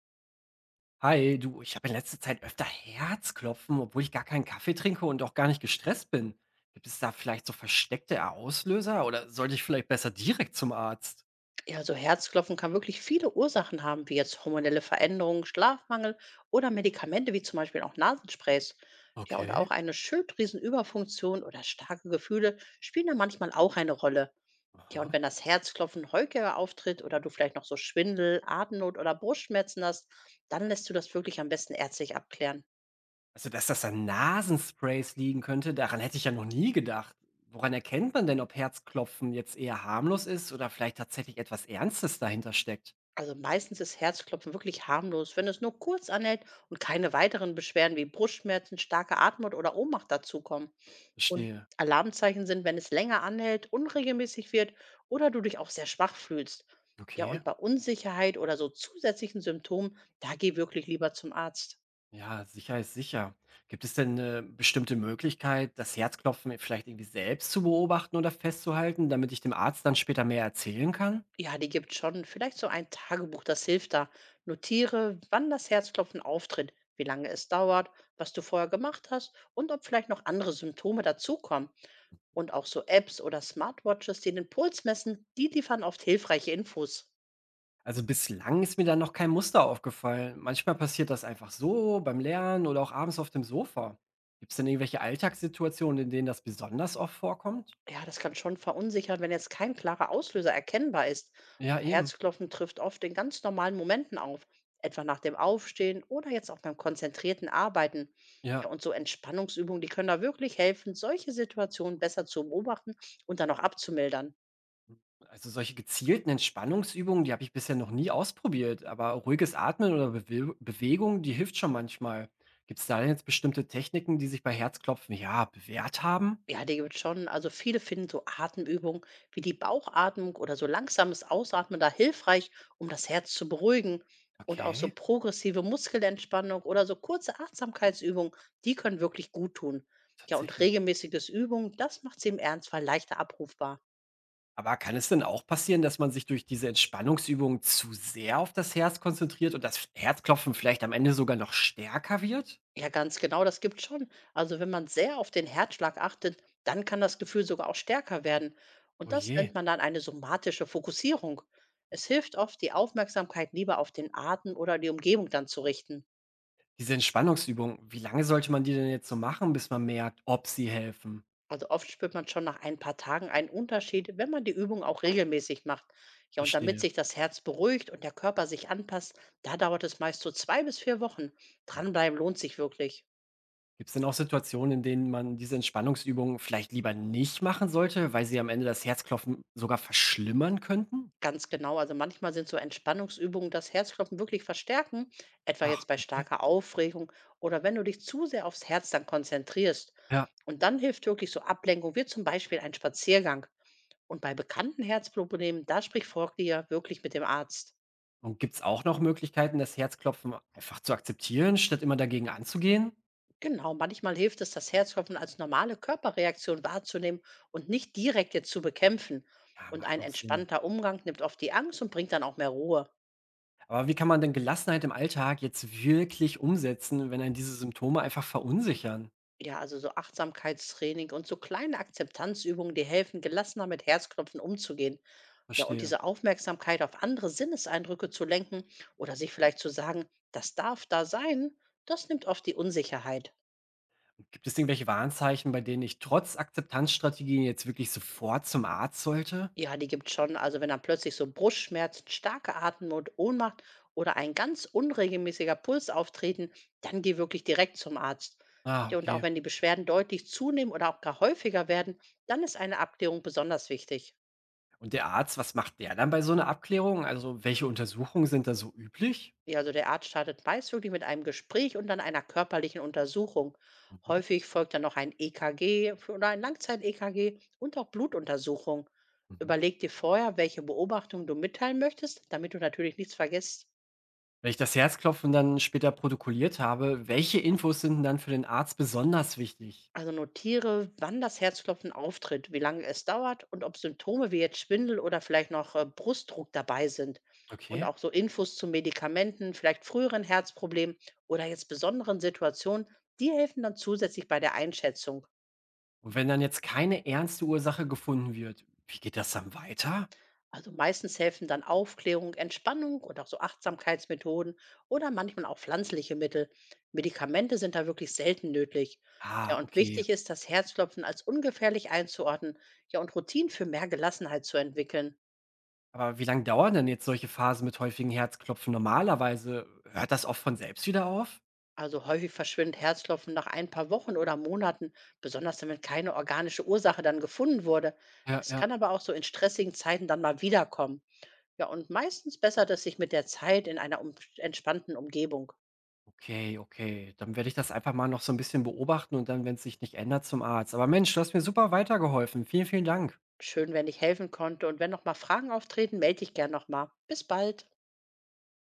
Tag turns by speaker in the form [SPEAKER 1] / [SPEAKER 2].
[SPEAKER 1] Hi, du, ich habe in letzter Zeit öfter Herzklopfen, obwohl ich gar keinen Kaffee trinke und auch gar nicht gestresst bin. Gibt es da vielleicht so versteckte Auslöser oder sollte ich vielleicht besser direkt zum Arzt?
[SPEAKER 2] Ja, also Herzklopfen kann wirklich viele Ursachen haben, wie jetzt hormonelle Veränderungen, Schlafmangel oder Medikamente wie zum Beispiel auch Nasensprays. Ja, und auch
[SPEAKER 1] Okay,
[SPEAKER 2] eine Schilddrüsenüberfunktion oder starke Gefühle spielen da manchmal auch eine Rolle. Ja, und
[SPEAKER 1] aha.
[SPEAKER 2] wenn das Herzklopfen häufiger auftritt oder du vielleicht noch so Schwindel, Atemnot oder Brustschmerzen hast, dann lässt du das wirklich am besten ärztlich abklären.
[SPEAKER 1] Also, dass das an Nasensprays liegen könnte, daran hätte ich ja noch nie gedacht. Woran erkennt man denn, ob Herzklopfen jetzt eher harmlos ist oder vielleicht tatsächlich etwas Ernstes dahinter steckt?
[SPEAKER 2] Also meistens ist Herzklopfen wirklich harmlos, wenn es nur kurz anhält und keine weiteren Beschwerden wie Brustschmerzen, starke Atemnot oder Ohnmacht dazukommen. Und
[SPEAKER 1] Verstehe.
[SPEAKER 2] Alarmzeichen sind, wenn es länger anhält, unregelmäßig wird oder du dich auch sehr schwach fühlst. Ja,
[SPEAKER 1] Okay.
[SPEAKER 2] und bei Unsicherheit oder so zusätzlichen Symptomen, da geh wirklich lieber zum Arzt.
[SPEAKER 1] Ja, sicher ist sicher. Gibt es denn eine bestimmte Möglichkeit, das Herzklopfen vielleicht irgendwie selbst zu beobachten oder festzuhalten, damit ich dem Arzt dann später mehr erzählen kann?
[SPEAKER 2] Ja, die gibt schon. Vielleicht so ein Tagebuch, das hilft da. Notiere, wann das Herzklopfen auftritt, wie lange es dauert, was du vorher gemacht hast und ob vielleicht noch andere Symptome dazukommen. Und auch so Apps oder Smartwatches, die den Puls messen, die liefern oft hilfreiche Infos.
[SPEAKER 1] Also, bislang ist mir da noch kein Muster aufgefallen. Manchmal passiert das einfach so beim Lernen oder auch abends auf dem Sofa. Gibt es denn irgendwelche Alltagssituationen, in denen das besonders oft vorkommt?
[SPEAKER 2] Ja, das kann schon verunsichern, wenn jetzt kein klarer Auslöser erkennbar ist.
[SPEAKER 1] Ja,
[SPEAKER 2] Und
[SPEAKER 1] eben.
[SPEAKER 2] Herzklopfen trifft oft in ganz normalen Momenten auf, etwa nach dem Aufstehen oder jetzt auch beim konzentrierten Arbeiten. Ja,
[SPEAKER 1] Ja.
[SPEAKER 2] und so Entspannungsübungen, die können da wirklich helfen, solche Situationen besser zu beobachten und dann auch abzumildern.
[SPEAKER 1] Also solche gezielten Entspannungsübungen, die habe ich bisher noch nie ausprobiert, aber ruhiges Atmen oder Bewegung, die hilft schon manchmal. Gibt es da denn jetzt bestimmte Techniken, die sich bei Herzklopfen ja bewährt haben?
[SPEAKER 2] Ja, die gibt's schon. Also viele finden so Atemübungen wie die Bauchatmung oder so langsames Ausatmen da hilfreich, um das Herz zu beruhigen. Und auch so
[SPEAKER 1] Okay,
[SPEAKER 2] progressive Muskelentspannung oder so kurze Achtsamkeitsübungen, die können wirklich gut tun. Ja, und
[SPEAKER 1] tatsächlich.
[SPEAKER 2] regelmäßiges Übungen, das macht sie im Ernstfall leichter abrufbar.
[SPEAKER 1] Aber kann es denn auch passieren, dass man sich durch diese Entspannungsübungen zu sehr auf das Herz konzentriert und das Herzklopfen vielleicht am Ende sogar noch stärker wird?
[SPEAKER 2] Ja, ganz genau, das gibt schon. Also wenn man sehr auf den Herzschlag achtet, dann kann das Gefühl sogar auch stärker werden. Und
[SPEAKER 1] Oh
[SPEAKER 2] das
[SPEAKER 1] je.
[SPEAKER 2] nennt man dann eine somatische Fokussierung. Es hilft oft, die Aufmerksamkeit lieber auf den Atem oder die Umgebung dann zu richten.
[SPEAKER 1] Diese Entspannungsübungen, wie lange sollte man die denn jetzt so machen, bis man merkt, ob sie helfen?
[SPEAKER 2] Also oft spürt man schon nach ein paar Tagen einen Unterschied, wenn man die Übung auch regelmäßig macht. Ja, und damit
[SPEAKER 1] Verstehe.
[SPEAKER 2] sich das Herz beruhigt und der Körper sich anpasst, da dauert es meist so 2 bis 4 Wochen. Dranbleiben lohnt sich wirklich.
[SPEAKER 1] Gibt es denn auch Situationen, in denen man diese Entspannungsübungen vielleicht lieber nicht machen sollte, weil sie am Ende das Herzklopfen sogar verschlimmern könnten?
[SPEAKER 2] Ganz genau. Also manchmal sind so Entspannungsübungen das Herzklopfen wirklich verstärken, etwa jetzt
[SPEAKER 1] Ach,
[SPEAKER 2] bei
[SPEAKER 1] okay.
[SPEAKER 2] starker Aufregung oder wenn du dich zu sehr aufs Herz dann konzentrierst.
[SPEAKER 1] Ja.
[SPEAKER 2] Und dann hilft wirklich so Ablenkung, wie zum Beispiel ein Spaziergang. Und bei bekannten Herzproblemen, da spricht Forklier wirklich mit dem Arzt.
[SPEAKER 1] Und gibt es auch noch Möglichkeiten, das Herzklopfen einfach zu akzeptieren, statt immer dagegen anzugehen?
[SPEAKER 2] Genau, manchmal hilft es, das Herzklopfen als normale Körperreaktion wahrzunehmen und nicht direkt jetzt zu bekämpfen.
[SPEAKER 1] Ja,
[SPEAKER 2] Und
[SPEAKER 1] macht
[SPEAKER 2] ein
[SPEAKER 1] auch Sinn.
[SPEAKER 2] entspannter Umgang nimmt oft die Angst und bringt dann auch mehr Ruhe.
[SPEAKER 1] Aber wie kann man denn Gelassenheit im Alltag jetzt wirklich umsetzen, wenn einen diese Symptome einfach verunsichern?
[SPEAKER 2] Ja, also so Achtsamkeitstraining und so kleine Akzeptanzübungen, die helfen, gelassener mit Herzklopfen umzugehen. Ja, und
[SPEAKER 1] Verstehe.
[SPEAKER 2] diese Aufmerksamkeit auf andere Sinneseindrücke zu lenken oder sich vielleicht zu sagen, das darf da sein, das nimmt oft die Unsicherheit.
[SPEAKER 1] Gibt es irgendwelche Warnzeichen, bei denen ich trotz Akzeptanzstrategien jetzt wirklich sofort zum Arzt sollte?
[SPEAKER 2] Ja, die gibt schon. Also wenn dann plötzlich so Brustschmerzen, starke Atemnot, Ohnmacht oder ein ganz unregelmäßiger Puls auftreten, dann geh wirklich direkt zum Arzt.
[SPEAKER 1] Ah,
[SPEAKER 2] Ja, und auch
[SPEAKER 1] okay.
[SPEAKER 2] wenn die Beschwerden deutlich zunehmen oder auch gar häufiger werden, dann ist eine Abklärung besonders wichtig.
[SPEAKER 1] Und der Arzt, was macht der dann bei so einer Abklärung? Also, welche Untersuchungen sind da so üblich?
[SPEAKER 2] Ja, also der Arzt startet meist wirklich mit einem Gespräch und dann einer körperlichen Untersuchung.
[SPEAKER 1] Mhm,
[SPEAKER 2] Häufig folgt dann noch ein EKG für- oder ein Langzeit-EKG und auch Blutuntersuchung.
[SPEAKER 1] mhm.
[SPEAKER 2] Überleg dir vorher, welche Beobachtungen du mitteilen möchtest, damit du natürlich nichts vergisst.
[SPEAKER 1] Wenn ich das Herzklopfen dann später protokolliert habe, welche Infos sind denn dann für den Arzt besonders wichtig?
[SPEAKER 2] Also notiere, wann das Herzklopfen auftritt, wie lange es dauert und ob Symptome wie jetzt Schwindel oder vielleicht noch Brustdruck dabei sind. Und
[SPEAKER 1] Okay.
[SPEAKER 2] auch so Infos zu Medikamenten, vielleicht früheren Herzproblemen oder jetzt besonderen Situationen, die helfen dann zusätzlich bei der Einschätzung.
[SPEAKER 1] Und wenn dann jetzt keine ernste Ursache gefunden wird, wie geht das dann weiter?
[SPEAKER 2] Also meistens helfen dann Aufklärung, Entspannung und auch so Achtsamkeitsmethoden oder manchmal auch pflanzliche Mittel. Medikamente sind da wirklich selten nötig. Ja,
[SPEAKER 1] Ah,
[SPEAKER 2] und
[SPEAKER 1] okay.
[SPEAKER 2] wichtig ist, das Herzklopfen als ungefährlich einzuordnen, ja, und Routinen für mehr Gelassenheit zu entwickeln.
[SPEAKER 1] Aber wie lange dauern denn jetzt solche Phasen mit häufigen Herzklopfen normalerweise? Hört das oft von selbst wieder auf?
[SPEAKER 2] Also häufig verschwindet Herzklopfen nach ein paar Wochen oder Monaten, besonders dann, wenn keine organische Ursache dann gefunden wurde.
[SPEAKER 1] Ja,
[SPEAKER 2] Es
[SPEAKER 1] ja.
[SPEAKER 2] kann aber auch so in stressigen Zeiten dann mal wiederkommen. Ja, und meistens bessert es sich mit der Zeit in einer um entspannten Umgebung.
[SPEAKER 1] Okay, okay. Dann werde ich das einfach mal noch so ein bisschen beobachten und dann, wenn es sich nicht ändert, zum Arzt. Aber Mensch, du hast mir super weitergeholfen. Vielen, vielen Dank.
[SPEAKER 2] Schön, wenn ich helfen konnte. Und wenn noch mal Fragen auftreten, melde dich gern noch mal. Bis bald.